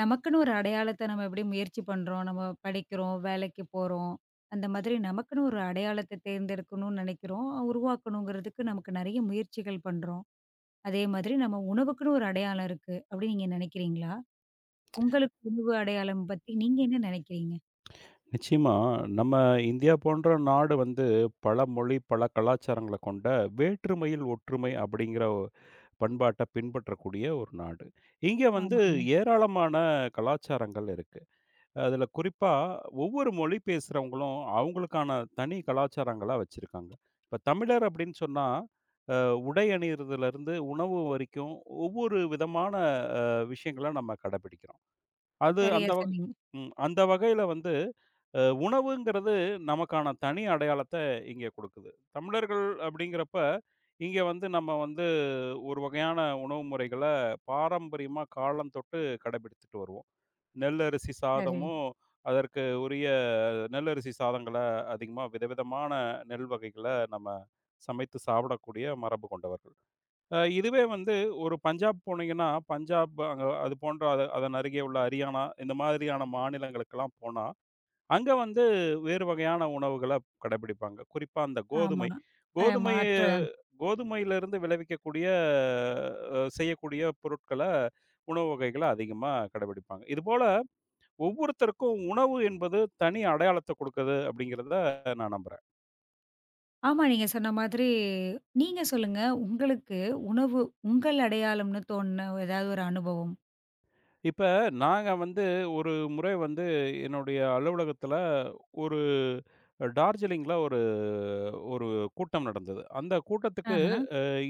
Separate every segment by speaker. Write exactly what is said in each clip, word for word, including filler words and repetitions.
Speaker 1: நமக்குன்னு ஒரு அடையாளத்த நம்ம எப்படி முயற்சி பண்றோம். நம்ம படிக்கிறோம், வேலைக்கு போறோம். அந்த மாதிரி நமக்குன்னு ஒரு அடையாளத்த தேர்ந்தெடுக்கணும்னு நினைக்கிறோம். உருவாக்கணுங்கிறதுக்கு நமக்கு நெறைய முயற்சிகள் பண்றோம். அதே மாதிரி நம்ம உணவுக்குன்னு ஒரு அடையாளம் இருக்கு. அப்படி நீங்க நினைக்கிறீங்களா? உங்களுக்கு உணவு அடையாளம் பத்தி நீங்க என்ன நினைக்கிறீங்க?
Speaker 2: நிச்சயமா. நம்ம இந்தியா போன்ற நாடு வந்து பல மொழி, பல கலாச்சாரங்கள கொண்ட வேற்றுமையில் ஒற்றுமை அப்படிங்கிற ஒ பண்பாட்ட பின்பற்றக்கூடிய ஒரு நாடு. இங்க வந்து
Speaker 1: ஆமாங்க.
Speaker 2: ஏராளமான கலாச்சாரங்கள் இருக்கு. அதுல குறிப்பா ஒவ்வொரு மொழி பேசுறவங்களும் அவங்களுக்கான தனி கலாச்சாரங்களா வச்சிருக்காங்க. இப்ப தமிழர் அப்படின்னு சொன்னா, அ உடை அணியிறதுலருந்து உணவு வரைக்கும் ஒவ்வொரு விதமான அ விஷயங்கள நம்ம கடைபிடிக்கிறோம். அது
Speaker 1: சரியா
Speaker 2: அந்த வக
Speaker 1: சொன்னீங்க.
Speaker 2: ம் அந்த வகையில வந்து அஹ் உணவுங்கிறது நமக்கான தனி அடையாளத்தை இங்கே கொடுக்குது. தமிழர்கள் அப்படிங்கிறப்ப, இங்கே வந்து நம்ம வந்து ஒரு வகையான உணவு முறைகள பாரம்பரியமா காலம் தொட்டு கடைபிடித்துட்டு வருவோம். நெல் அரிசி
Speaker 1: சரி.
Speaker 2: சாதமும், அதற்கு உரிய நெல் அரிசி சாதங்கள அதிகமா விதவிதமான நெல் வகைகள நம்ம சமைத்து சாப்பிடக்கூடிய மரபு கொண்டவர்கள். அ இதுவே வந்து ஒரு பஞ்சாப் போனீங்கன்னா, பஞ்சாப் அங்க அது போன்ற அத அதன் அருகே உள்ள ஹரியானா இந்த மாதிரியான மாநிலங்களுக்கெல்லாம் போனா அங்க வந்து வேறு வகையான உணவுகள கடைபிடிப்பாங்க. குறிப்பா அந்த
Speaker 1: ஆமா.
Speaker 2: கோதுமை.
Speaker 1: அ
Speaker 2: கோதுமைய
Speaker 1: மாற்று.
Speaker 2: கோதுமையிலிருந்து விளைவிக்கக்கூடிய அ செய்யக்கூடிய பொருட்கள, உணவு வகைகள அதிகமா கடைபிடிப்பாங்க. இதுபோல ஒவ்வொருத்தருக்கும் உணவு என்பது தனி அடையாளத்த குடுக்குது அப்படிங்கிறத நான் நம்புறேன்.
Speaker 1: ஆமா, நீங்க சொன்ன மாதிரி நீங்க சொல்லுங்க. உங்களுக்கு உணவு உங்கள் அடையாளம்னு தோணுன ஏதாவது ஒரு அனுபவம்?
Speaker 2: இப்ப நாங்க வந்து ஒரு முறை வந்து என்னுடைய அலுவலகத்துல ஒரு டார்ஜிலிங்ல ஒரு ஒரு கூட்டம் நடந்தது. அந்த கூட்டத்துக்கு
Speaker 1: ஆஹ.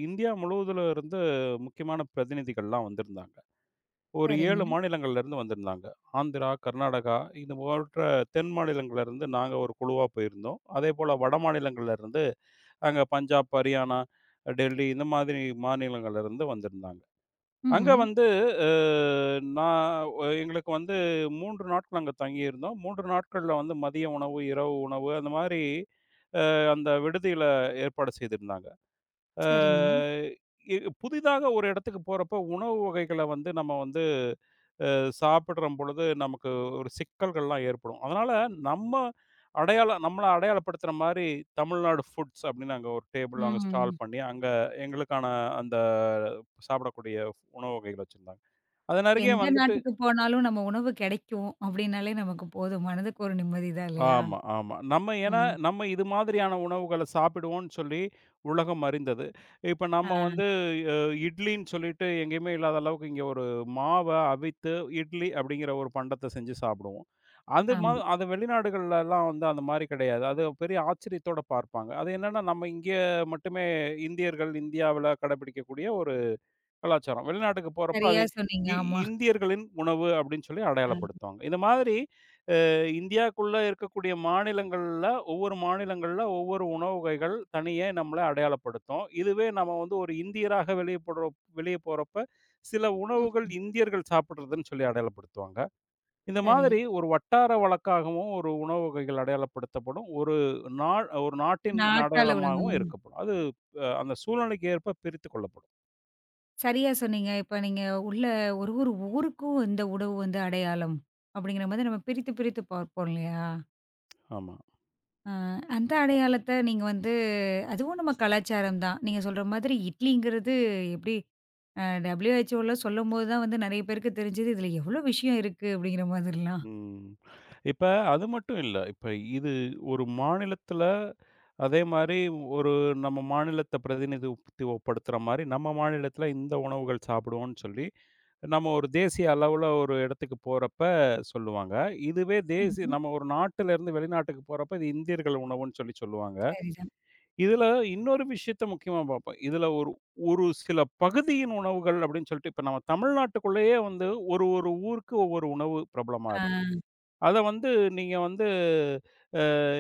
Speaker 2: இந்தியா முழுவதுல இருந்து முக்கியமான பிரதிநிதிகள்லாம் வந்திருந்தாங்க. ஒரு
Speaker 1: சரிங்க.
Speaker 2: ஏழு மாநிலங்கள்ல இருந்து வந்திருந்தாங்க. ஆந்திரா, கர்நாடகா இது போன்ற தென் மாநிலங்கள்ல இருந்து நாங்க ஒரு குழுவா போயிருந்தோம். அதேபோல வட மாநிலங்கள்ல இருந்து அங்க பஞ்சாப், ஹரியானா, டெல்லி இந்த மாதிரி மாநிலங்கள்ல இருந்து வந்திருந்தாங்க. அங்க
Speaker 1: ம்ஹ்ம்.
Speaker 2: வந்து அ நான் ஒ- எங்களுக்கு வந்து மூன்று நாட்கள் அங்க தங்கியிருந்தோம். மூன்று நாட்கள்ல வந்து மதிய உணவு, இரவு உணவு அந்த மாரி அந்த விடுதியில ஏற்பாடு செய்திருந்தாங்க. அ
Speaker 1: சரிங்க.
Speaker 2: இ புதிதாக ஒரு இடத்துக்கு போறப்போ, உணவு வகைகள வந்து நம்ம வந்து அ சாப்பிடுறம் பொழுது, நமக்கு ஒரு சிக்கல்கள்லாம் ஏற்படும். அதனால நம்ம அடையாளம் நம்மள அடையாளப்படுத்துற மாரி, தமிழ்நாடு ஃபுட்ஸ் அப்படின்னு அங்க ஒரு டேபிள் அங்க ஸ்டால்
Speaker 1: ம்.
Speaker 2: பண்ணி, அங்க எங்களுக்கான அந்த சாப்பிடக்கூடிய உணவு வகைகள் வச்சிருந்தாங்க. அதன் அருகே
Speaker 1: எந்த
Speaker 2: வந்துட்டு
Speaker 1: நாட்டுக்கு போனாலும் நம்ம உணவு கிடைக்கும் அப்டின்னாலே நமக்கு போதும். மனதுக்கு ஒரு நிம்மதி தான் இல்லையா?
Speaker 2: ஆமா, ஆமா. நம்ம ஏன்னா,
Speaker 1: ம்.
Speaker 2: நம்ம இது மாதிரியான உணவுகள சாப்பிடுவோம்ன்னு சொல்லி உலகம் அறிந்தது. இப்ப
Speaker 1: ஆ,
Speaker 2: நம்ம வந்து அ இட்லின்னு சொல்லிட்டு எங்கேயுமே இல்லாத அளவுக்கு இங்க ஒரு மாவ அவித்து, இட்லி அப்படிங்கிற ஒரு பண்டத்த செஞ்சு சாப்பிடுவோம். அது மா
Speaker 1: ஆமா.
Speaker 2: அது வெளிநாடுகள்லலாம் வந்து அந்த மாரி கிடையாது. அது பெரிய ஆச்சரியத்தோட பார்ப்பாங்க. அது என்னன்னா, நம்ம இங்க மட்டுமே இந்தியர்கள் இந்தியாவுல கடைபிடிக்கக்கூடிய ஒரு கலாச்சாரம். வெளிநாட்டுக்கு போறப்ப
Speaker 1: சரியா
Speaker 2: அது
Speaker 1: சொன்னீங்க.
Speaker 2: இ
Speaker 1: ஆமா.
Speaker 2: இந்தியர்களின் உணவு அப்படின்னு சொல்லி
Speaker 1: ஆ.
Speaker 2: அடையாளப்படுத்துவாங்க. இந்த மாதிரி இந்தியாக்குள்ள இருக்கக்கூடிய மாநிலங்கள்ல, ஒவ்வொரு மாநிலங்கள்ல ஒவ்வொரு உணவு வகைகள் தனியே நம்மள அடையாளப்படுத்தும். இதுவே நம்ம வந்து ஒரு இந்தியராக வெளிய போடுற வெளிய போறப்ப, சில உணவுகள்
Speaker 1: ம்.
Speaker 2: இந்தியர்கள் சாப்பிடுறதுன்னு சொல்லி அடையாளப்படுத்துவாங்க. இந்த
Speaker 1: சரி.
Speaker 2: மாதிரி ஒரு வட்டார வழக்காகவும் ஒரு உணவு வகைகள் அடையாளப்படுத்தப்படும். ஒரு நா ஒரு நாட்டின்
Speaker 1: நாட்டால உணவு.
Speaker 2: அடையாளமாகவும் இருக்கப்படும். அது அ அந்த சூழ்நிலைக்கு ஏற்ப பிரித்துக் கொள்ளப்படும்.
Speaker 1: சரியா சொன்னீங்க. இப்ப நீங்க உள்ள ஒரு ஒரு ஊருக்கும் இந்த உணவு வந்து அடையாளம் அப்டிங்கிற மாதிரி நம்ம பிரித்து பிரித்து பார்ப்போம் இல்லையா?
Speaker 2: ஆமா.
Speaker 1: அ அந்த அடையாளத்த நீங்க வந்து அதுவும் நம்ம கலாச்சாரம் தான். நீங்க சொல்ற மாதிரி இட்லிங்கிறது எப்டி அ டபிள்யூஹெச்ஓலாம் சொல்லும்போது தான் வந்து நெறைய பேருக்கு தெரிஞ்சது, இதுல எவ்ளோ விஷயம் இருக்கு அப்படிங்கிற மாதிரிலாம்.
Speaker 2: ம். இப்ப அது மட்டும் இல்ல. இப்ப இது ஒரு மாநிலத்தில அதே மாரி ஒரு நம்ம மாநிலத்த பிரதிநிதித்துவப்படுத்துற மாரி, நம்ம மாநிலத்தில இந்த உணவுகள் சாப்பிடுவோம்னு சொல்லி, நம்ம ஒரு தேசிய அளவுல ஒரு இடத்துக்கு போறப்ப சொல்லுவாங்க. இதுவே தேசிய
Speaker 1: ம்ஹ்ம்.
Speaker 2: நம்ம ஒரு நாட்டிலேருந்து வெளிநாட்டுக்கு போறப்ப, இது இந்தியர்கள் உணவுன்னு சொல்லி சொல்லுவாங்க.
Speaker 1: சரிதான்.
Speaker 2: இதில இன்னொரு விஷயத்த முக்கியமா பார்ப்போம். இதில ஒரு ஒரு சில பகுதியின் உணவுகள் அப்படின்னு சொல்லிட்டு, இப்ப நம்ம தமிழ்நாட்டுக்குள்ளேயே வந்து ஒரு ஒரு ஊருக்கு ஒவ்வொரு உணவு பிரபலமா
Speaker 1: ஆ.
Speaker 2: அத வந்து நீங்க வந்து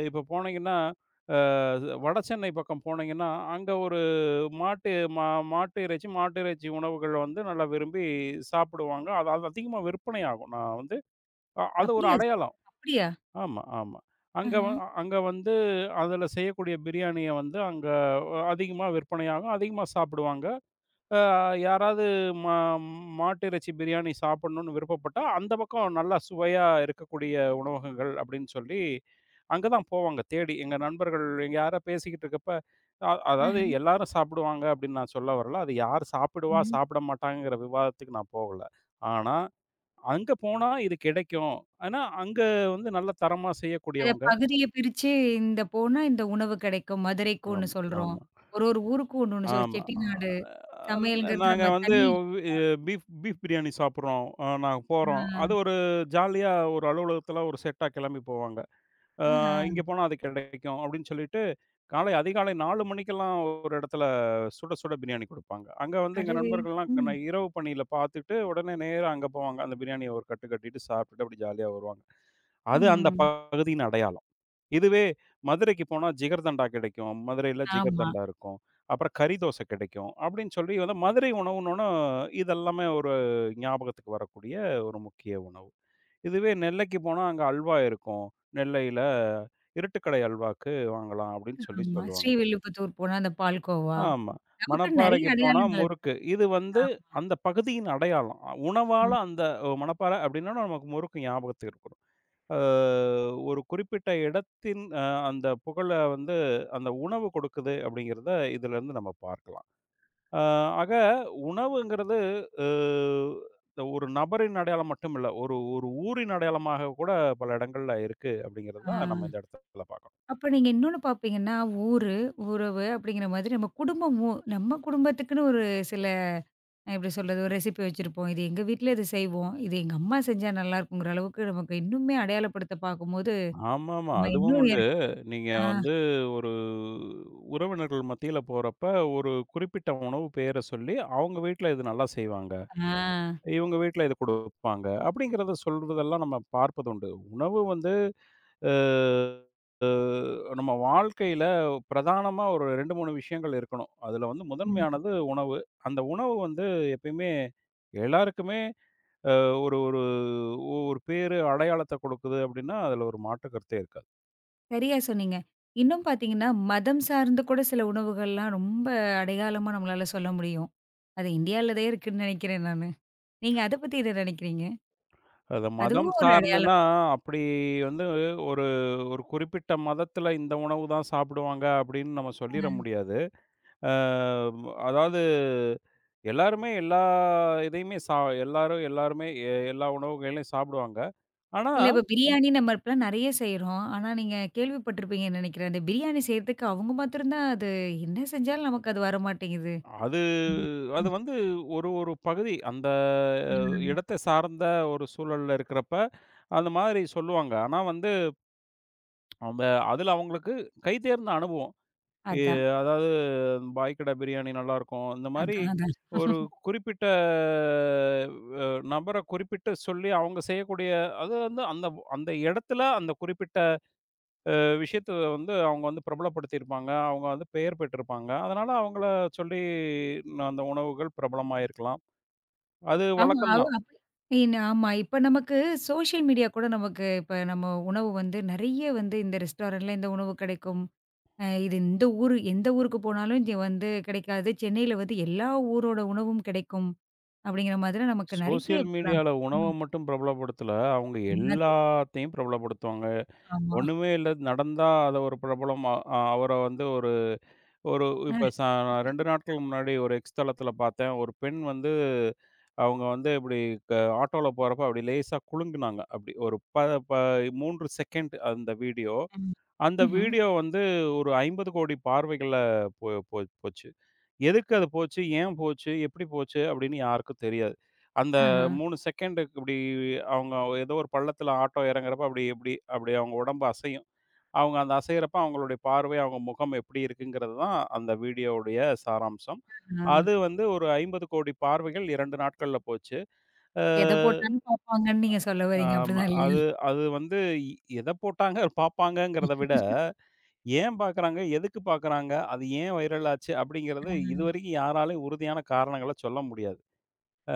Speaker 2: இப்ப போனீங்கன்னா, அ வட சென்னை பக்கம் போனீங்கன்னா, அங்க ஒரு மாட்டு மா மாட்டு இறைச்சி மாட்டு இறைச்சி உணவுகள் வந்து நல்லா விரும்பி சாப்பிடுவாங்க. அது அது அதிகமா விற்பனையாகும். நான் வந்து அ அது ஒரு
Speaker 1: அப்படியா சார்?
Speaker 2: அடையாளம்.
Speaker 1: அப்படியா?
Speaker 2: ஆமா, ஆமா. அங்க
Speaker 1: ஆஹ,
Speaker 2: வ அங்க வந்து அதில செய்யக்கூடிய பிரியாணிய வந்து அங்க அதிகமா விற்பனையாகும். அதிகமா சாப்பிடுவாங்க. அ யாராவது மா மாட்டிறைச்சி பிரியாணி சாப்பிடணும்னு விருப்பப்பட்டா, அந்த பக்கம் நல்லா சுவையா இருக்கக்கூடிய உணவகங்கள் அப்டின்னு சொல்லி, அங்க தான் போவாங்க தேடி. எங்க நண்பர்கள் எங்க யாரோ பேசிக்கிட்டு இருக்கப்ப, அ
Speaker 1: ஆஹ.
Speaker 2: அதாவது எல்லாரும் சாப்பிடுவாங்க அப்டின்னு நான் சொல்ல வரல. அது யார் சாப்பிடுவா,
Speaker 1: ம்.
Speaker 2: சாப்பிட மாட்டாங்கங்கிற விவாதத்துக்கு நான் போகல. ஆனா, அங்க போனா இது கிடைக்கும். ஆனா, அங்க வந்து நல்ல தரமா
Speaker 1: அத
Speaker 2: செய்யக்கூடியவங்க
Speaker 1: பகுதிய பிரிச்சு இந்த போனா இந்த உணவு கிடைக்கும். மதுரைக்கு ஒண்ணு
Speaker 2: ஆமா,
Speaker 1: சொல்றோம்.
Speaker 2: ஆமா.
Speaker 1: ஒரு ஒரு ஊருக்கு ஒண்ணு ஒண்ணு சொல்றோம்.
Speaker 2: ஆமா.
Speaker 1: செட்டிநாடு
Speaker 2: அ
Speaker 1: சமையல்ங்கிறது
Speaker 2: நாங்க
Speaker 1: நம்ம
Speaker 2: வந்து
Speaker 1: தனி.
Speaker 2: இ பீஃப் பீஃப் பிரியாணி சாப்பிடுறோம். அ நாங்க போறோம்.
Speaker 1: ஆ.
Speaker 2: அது ஒரு ஜாலியா ஒரு அலுவலகத்தில ஒரு செட்டா கிளம்பி போவாங்க. அ
Speaker 1: ஆஹா.
Speaker 2: இங்க போனா அது கிடைக்கும் அப்படின்னு சொல்லிட்டு, காலை அதிகாலை நான்கு மணிக்கெல்லாம் ஒரு இடத்துல சுட சுட பிரியாணி குடுப்பாங்க. அங்க வந்து எங்க
Speaker 1: அடடே!
Speaker 2: நண்பர்கள்லாம்
Speaker 1: ம்.
Speaker 2: ந இரவு பணியில பார்த்துட்டு, உடனே நேரா அங்க போவாங்க. அந்த பிரியாணிய ஒரு கட்டு கட்டிட்டு சாப்பிட்டுட்டு அப்படி ஜாலியா வருவாங்க. அது அந்த
Speaker 1: ம்ஹ்ம்.
Speaker 2: பகுதியின் அடையாளம். இதுவே மதுரைக்கு போனா ஜிகர்தண்டா கிடைக்கும். மதுரையில
Speaker 1: ஆமா,
Speaker 2: ஜிகர்தண்டா இருக்கும். அப்புறம் கறி தோசை கிடைக்கும். அப்படின்னு சொல்லி வந்து மதுரை உணவுன்னோன இதெல்லாமே ஒரு ஞாபகத்துக்கு வரக்கூடிய ஒரு முக்கிய உணவு. இதுவே நெல்லைக்கு போனா அங்க அல்வா இருக்கும். நெல்லையில "இருட்டுக்கடை அல்வாக்கு வாங்கலாம்" அப்படின்னு சொல்லி
Speaker 1: ஆமா.
Speaker 2: சொல்லுவாங்க.
Speaker 1: ஸ்ரீவில்லிபுத்தூர் போனா அந்த பால்கோவா.
Speaker 2: ஆமா.
Speaker 1: நமக்குன்னு
Speaker 2: மணப்பாறைக்கு
Speaker 1: நெறைய
Speaker 2: போனா
Speaker 1: அடையாளங்கள் இருக்கு.
Speaker 2: முறுக்கு. இது
Speaker 1: ஆ.
Speaker 2: வந்து அந்த பகுதியின் அடையாளம். அ உணவால
Speaker 1: ம்.
Speaker 2: அந்த அ, மணப்பாறை அப்படின்னா நமக்கு முறுக்கு ஞாபகத்துக்கு இருக்கும். அ ஒரு குறிப்பிட்ட இடத்தின் அ அந்த புகழ வந்து அந்த உணவு கொடுக்குது அப்படிங்கிறத இதிலேருந்து நம்ம பார்க்கலாம். அ ஆக உணவுங்கிறது அ இந்த ஒரு நபரின் அடையாளம் மட்டும் இல்ல. ஒரு ஒரு ஊரின் அடையாளமாக கூட பல இடங்கள்ல இருக்கு அப்படிங்கிறது
Speaker 1: ஆ.
Speaker 2: தான் நம்ம இந்த இடத்துல பார்க்கணும்.
Speaker 1: அப்ப நீங்க இன்னொன்னு பார்ப்பீங்கன்னா, ஊரு, உறவு அப்படிங்கிற மாதிரி நம்ம குடும்பமும் நம்ம குடும்பத்துக்குன்னு ஒரு சில அஹ் எப்படி சொல்றது? ஒரு ரெசிபி வச்சிருப்போம். இது எங்க வீட்ல இது செய்வோம். இது எங்க அம்மா செஞ்சா நல்லாயிருக்குங்கிற அளவுக்கு நமக்கு இன்னுமே அடையாளப்படுத்த பார்க்கும்போது,
Speaker 2: ஆமாமா.
Speaker 1: நம்ம
Speaker 2: அதுவும்
Speaker 1: இன்னும் எ
Speaker 2: உண்டு. நீங்க
Speaker 1: ஆ,
Speaker 2: வந்து ஒரு உறவினர்கள் மத்தியில போறப்ப ஒரு குறிப்பிட்ட உணவு பேர சொல்லி அவங்க வீட்ல இது நல்லா செய்வாங்க.
Speaker 1: ஆ.
Speaker 2: இவங்க வீட்ல இது குடுப்பாங்க. அப்படிங்கிறத சொல்றதெல்லாம் நம்ம பார்ப்பதுண்டு. உணவு வந்து அ அ நம்ம வாழ்க்கையில பிரதானமா ஒரு இரண்டு, மூன்று விஷயங்கள் இருக்கணும். அதுல வந்து
Speaker 1: ம்.
Speaker 2: முதன்மையானது உணவு. அந்த உணவு வந்து எப்பயுமே எல்லாருக்குமே அ ஒரு ஒரு ஒரு பேரு, அடையாளத்த கொடுக்குது அப்படின்னா, அதுல ஒரு மாற்று கருத்தே இருக்காது.
Speaker 1: சரியா சொன்னீங்க. இன்னும் பார்த்தீங்கன்னா, மதம் சார்ந்து கூட சில உணவுகள்லாம் ரொம்ப அடையாளமா நம்மளால சொல்ல முடியும். அது இந்தியால தான் இருக்குன்னு நினைக்கிறேன் நானு. நீங்க அத பத்தி என்ன நினைக்கிறீங்க?
Speaker 2: அது மதம்
Speaker 1: அதுவும் ஒரு
Speaker 2: சார்ந்துன்னா,
Speaker 1: அடையாளம்.
Speaker 2: அப்படி வந்து ஒரு ஒரு குறிப்பிட்ட மதத்துல இந்த உணவு தான் சாப்பிடுவாங்க அப்படின்னு நம்ம சொல்லிற முடியாது. அ அதாவது எல்லாருமே எல்லா இதையுமே சா எல்லாரும் எல்லாருமே எ எல்லா உணவுகளையும் சாப்பிடுவாங்க. ஆனா,
Speaker 1: இல்ல, இப்ப பிரியாணி நம்ம இப்பலாம் நெறைய செய்றோம். ஆனா நீங்க கேள்விப்பட்டிருப்பீங்கன்னு நெனைக்கிறேன். அந்த பிரியாணி செய்றதுக்கு அவங்க மாத்திரம் தான் அது என்ன செஞ்சாலும் நமக்கு அது வரமாட்டேங்குது.
Speaker 2: அது
Speaker 1: ஆமா.
Speaker 2: அது வந்து ஒரு ஒரு பகுதி அந்த
Speaker 1: ம்.
Speaker 2: இடத்த சார்ந்த ஒரு சூழல்ல இருக்கிறப்ப, அந்த மாதிரி சொல்லுவாங்க. ஆனா வந்து அந்த அதில அவங்களுக்கு கை தேர்ந்த அனுபவம். எ
Speaker 1: அதான்,
Speaker 2: அதாவது பாய் கடை பிரியாணி நல்லாயிருக்கும். இந்த மாரி
Speaker 1: அதான், அதான்.
Speaker 2: ஒரு குறிப்பிட்ட அ நபர குறிப்பிட்டு சொல்லி அவங்க செய்யக்கூடிய அது வந்து அந்த அந்த இடத்துல அந்த குறிப்பிட்ட விஷயத்த வந்து அவங்க வந்து பிரபலப்படுத்தியிருப்பாங்க. அவங்க வந்து பெயர் பெற்றிருப்பாங்க. அதனால அவங்கள சொல்லி அந்த உணவுகள் பிரபலமாயிருக்கலாம். அது
Speaker 1: ஆமா.
Speaker 2: வழக்கம்
Speaker 1: அவ
Speaker 2: தான்.
Speaker 1: அப்படி இன் ஆமா. இப்ப நமக்கு சோஷியல் மீடியா கூட நமக்கு இப்ப நம்ம உணவு வந்து நெறைய வந்து இந்த ரெஸ்டாரண்ட்ல இந்த உணவு கிடைக்கும். அ இது இந்த ஊரு எந்த ஊருக்கு போனாலும் இது வந்து கிடைக்காது. சென்னையில வந்து எல்லா ஊரோட உணவும் கிடைக்கும். அப்படிங்கிற மாதிரி நமக்கு நெறைய
Speaker 2: சோசியல்
Speaker 1: இப்பலாம்.
Speaker 2: மீடியால உணவ
Speaker 1: ம்.
Speaker 2: மட்டும் பிரபலப்படுத்தல. அவங்க
Speaker 1: ம். அது-
Speaker 2: எல்லாத்தையும் பிரபலப்படுத்துவாங்க.
Speaker 1: ஆமா.
Speaker 2: ஒண்ணுமே இல்ல. நடந்தா அத ஒரு பிரபலமா அ அவர வந்து ஒரு ஒரு இப்ப ச இரண்டு நாட்கள் முன்னாடி ஒரு எக்ஸ் தளத்தில பார்த்தேன். ஒரு பெண் வந்து அவங்க வந்து இப்டி க ஆட்டோல போறப்ப அப்டி லேசா குலுங்குனாங்க. அப்டி ஒரு ப ப மூன்று செகண்ட் அந்த வீடியோ.
Speaker 1: ம்.
Speaker 2: அந்த
Speaker 1: ம்ஹ்ம்.
Speaker 2: வீடியோ வந்து ஒரு ஐம்பது கோடி பார்வைகள்ல போ போ போச்சு. எதுக்கு அது போச்சு? ஏன் போச்சு? எப்படி போச்சு? அப்படின்னு யாருக்கும் தெரியாது. அந்த
Speaker 1: ஆஹ.
Speaker 2: மூன்று செகண்டுக்கு இப்படி அவங்க ஏதோ ஒரு பள்ளத்தில ஆட்டோ இறங்குறப்ப அப்படி இப்படி அப்படி அவங்க உடம்பு அசையும். அவங்க அந்த அசையிறப்ப அவங்களுடைய பார்வை, அவங்க முகம் எப்படி இருக்குங்கிறது தான் அந்த வீடியோவுடைய சாராம்சம். அது
Speaker 1: ஆ.
Speaker 2: வந்து ஒரு ஐம்பது கோடி பார்வைகள் இரண்டு நாட்கள்ல போச்சு. அ
Speaker 1: எத போட்டாலும் பார்ப்பாங்கன்னு நீங்க சொல்ல வரீங்க.
Speaker 2: ஆமா.
Speaker 1: அப்படிதான்
Speaker 2: அது
Speaker 1: இல்லையா?
Speaker 2: அது வந்து எத போட்டாங்க பார்ப்பாங்கங்கிறத விட ஏன் பார்க்குறாங்க? எதுக்கு பார்க்குறாங்க? அது ஏன் வைரல் ஆச்சு? அப்படிங்கிறது
Speaker 1: ஆ.
Speaker 2: இதுவரைக்கும் யாராலயும் உறுதியான காரணங்கள சொல்ல முடியாது. ஆ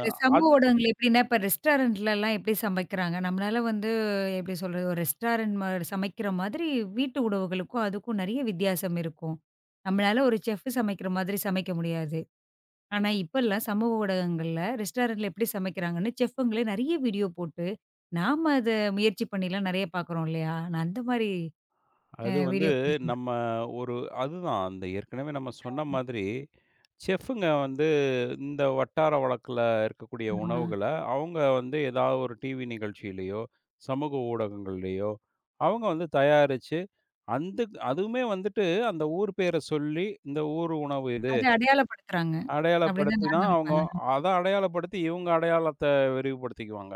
Speaker 1: இது
Speaker 2: அத்
Speaker 1: சமூக ஊடகங்கள்ல எப்படின்னா, இப்ப ரெஸ்டாரண்ட்லலாம் எப்படி சமைக்கிறாங்க? நம்மளால வந்து எப்படி சொல்றது? ஒரு ரெஸ்டாரண்ட் மா சமைக்கிற மாதிரி வீட்டு உணவுகளுக்கும் அதுக்கும் நெறைய வித்தியாசம் இருக்கும். நம்மளால ஒரு செஃப் சமைக்கிற மாதிரி சமைக்க முடியாது. ஆனா, இப்பல்லாம் சமூக ஊடகங்கள்ல ரெஸ்டாரண்ட்ல எப்படி சமைக்கிறாங்கன்னு செஃப்ங்களே நெறைய வீடியோ போட்டு, நாம அத முயற்சி பண்ணிலாம் நெறைய பார்க்குறோம் இல்லையா? நான் அந்த மாரி அ
Speaker 2: அது வந்து
Speaker 1: வீடியோக்கள சொல்றேன்.
Speaker 2: நம்ம ஒரு அதுதான் அந்த ஏற்கனவே நம்ம சொன்ன மாதிரி, செஃப்புங்க வந்து இந்த வட்டார வழக்குல இருக்கக்கூடிய
Speaker 1: ஆ.
Speaker 2: உணவுகள, அவங்க வந்து ஏதாவது ஒரு டிவி நிகழ்ச்சியிலயோ, சமூக ஊடகங்கள்லயோ, அவங்க வந்து தயாரிச்சு, அந்த அதுவுமே வந்துட்டு அந்த ஊர் பேர சொல்லி, இந்த ஊர் உணவு இது.
Speaker 1: அத அடையாளப்படுத்துறாங்க. அப்படின்னு தான்
Speaker 2: அடையாளப்படுத்தினா,
Speaker 1: நான்
Speaker 2: அவங்க
Speaker 1: நினைப்பேன்.
Speaker 2: அத அடையாளப்படுத்தி, இவங்க அடையாளத்த விரிவுபடுத்திக்குவாங்க.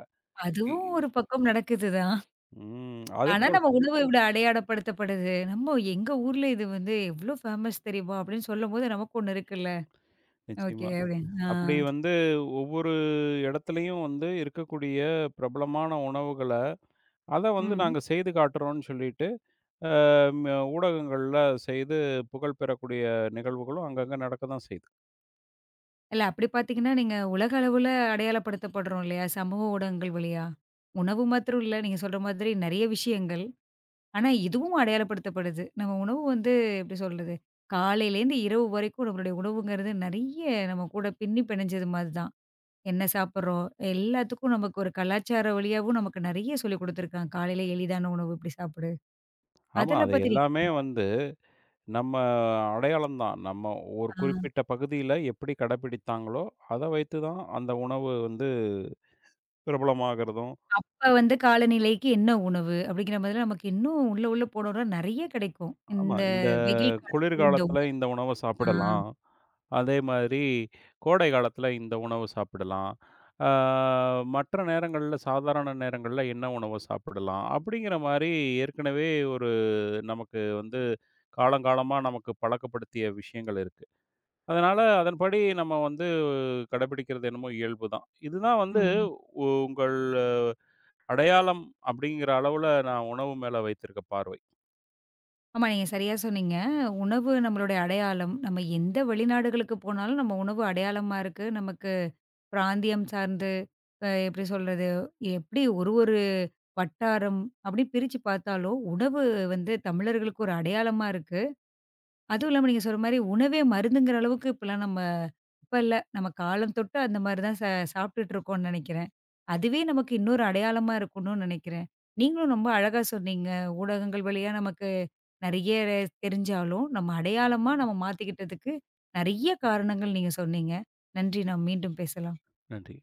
Speaker 2: இ
Speaker 1: அதுவும் ஒரு பக்கம் நடக்குது தான்.
Speaker 2: ம். அது
Speaker 1: ஆனா
Speaker 2: போல
Speaker 1: நம்ம உணவு இவ்ளோ அடையாளப்படுத்தப்படுது. நம்ம எங்க ஊர்ல இது வந்து எவ்ளோ ஃபேமஸ் தெரியுமா? அப்படின்னு சொல்லும்போது நமக்கு ஒண்ணு இருக்குல்ல. ஓகே
Speaker 2: நிச்சயமா.
Speaker 1: அப்படின்னு. ஆ.
Speaker 2: அப்படி வந்து ஒவ்வொரு இடத்துலயும் வந்து இருக்கக்கூடிய பிரபலமான உணவுகள, அத வந்து
Speaker 1: ம்.
Speaker 2: நாங்க செய்து காட்டுறோம்ன்னு சொல்லிட்டு, அம் ஊடகங்கள்ல செய்து புகழ் பெறக்கூடிய நிகழ்வுகளும் அங்கங்க நடக்க தான் செய்யுது.
Speaker 1: இல்ல, அப்படி பார்த்தீங்கன்னா, நீங்க உலக அளவுல அடையாளப்படுத்தப்படுறோம் இல்லையா? சமூக ஊடகங்கள் வழியா. உணவு மாத்திரம் இல்ல. நீங்க சொல்ற மாதிரி நெறைய விஷயங்கள். ஆனா இதுவும் அடையாளப்படுத்தப்படுது. நம்ம உணவு வந்து எப்படி சொல்றது? காலையிலேருந்து இரவு வரைக்கும் நம்மளுடைய உணவுங்கிறது நெறைய நம்ம கூட பின்னி பிணைஞ்சது மாதிரி தான். என்ன சாப்பிடுறோம்? எல்லாத்துக்கும் நமக்கு ஒரு கலாச்சார வழியாவும் நமக்கு நெறைய சொல்லிக் குடுத்துருக்காங்க. காலையில எளிதான உணவு இப்படி சாப்பிடு.
Speaker 2: ஆமா,
Speaker 1: அதெல்லாம்
Speaker 2: அது
Speaker 1: பத்தி நீங்க
Speaker 2: எல்லாமே
Speaker 1: என்ன-
Speaker 2: வந்து நம்ம அடையாளம் தான். நம்ம ஒரு
Speaker 1: ஆ,
Speaker 2: குறிப்பிட்ட பகுதியில எப்படி கடைபிடித்தாங்களோ, அத வைத்து தான் அந்த உணவு வந்து பிரபலமாகறதும்.
Speaker 1: அப்ப வந்து காலநிலைக்கு என்ன உணவு? அப்படிங்கிற மாதிரிலாம் நமக்கு இன்னும் உள்ள உள்ள போனோம்னா நெறைய கிடைக்கும்.
Speaker 2: ஆமா,
Speaker 1: இந்த
Speaker 2: இந்த
Speaker 1: வெயில் காலத்துல இந்த
Speaker 2: குளிர்காலத்துல
Speaker 1: உணவு.
Speaker 2: இந்த உணவ
Speaker 1: ஆ.
Speaker 2: சாப்பிடலாம். அதே மாதிரி கோடை காலத்துல இந்த உணவு சாப்பிடலாம். ஆ மற்ற நேரங்கள்ல சாதாரண நேரங்கள்ல என்ன உணவு சாப்பிடலாம்? அப்படிங்கிற மாரி ஏற்கனவே ஒரு நமக்கு வந்து காலங்காலமா நமக்கு பழக்கப்படுத்திய விஷயங்கள் இருக்கு. அதனால அதன்படி நம்ம வந்து கடைபிடிக்கிறது என்னமோ இயல்பு தான். இதுதான் வந்து
Speaker 1: ம்.
Speaker 2: உ- உங்கள் அஹ், அடையாளம் அப்படிங்கிற அளவுல நான் உணவு மேல வைத்திருக்க பார்வை.
Speaker 1: ஆமா, நீங்க சரியா சொன்னீங்க. உணவு நம்மளுடைய அடையாளம். நம்ம எந்த வெளிநாடுகளுக்கு போனாலும் நம்ம உணவு அடையாளமா இருக்கு. நமக்கு பிராந்தியம் சார்ந்து அ எப்படி சொல்றது? எப்படி ஒரு ஒரு வட்டாரம் அப்படின்னு பிரிச்சு பார்த்தாலும், உணவு வந்து தமிழர்களுக்கு ஒரு அடையாளமா இருக்கு. அதுவும் இல்லாம நீங்க சொல்ற மாரி உணவே மருந்துங்கிற அளவுக்கு இப்பலாம் நம்ம இப்ப இல்ல. நம்ம காலம் தொட்டு அந்த மாரி தான் ச சாப்பிட்டுட்டு இருக்கோம்னு நெனைக்கிறேன். அதுவே நமக்கு இன்னொரு அடையாளமா இருக்கணும்னு நெனைக்கிறேன். நீங்களும் ரொம்ப அழகா சொன்னீங்க. ஊடகங்கள் வழியா நமக்கு நெறைய தெரிஞ்சாலும், நம்ம அடையாளமா நம்ம மாத்திக்கிட்டதுக்கு நெறைய காரணங்கள் நீங்க சொன்னீங்க. நன்றி. நாம் மீண்டும் பேசலாம்.
Speaker 2: நன்றி.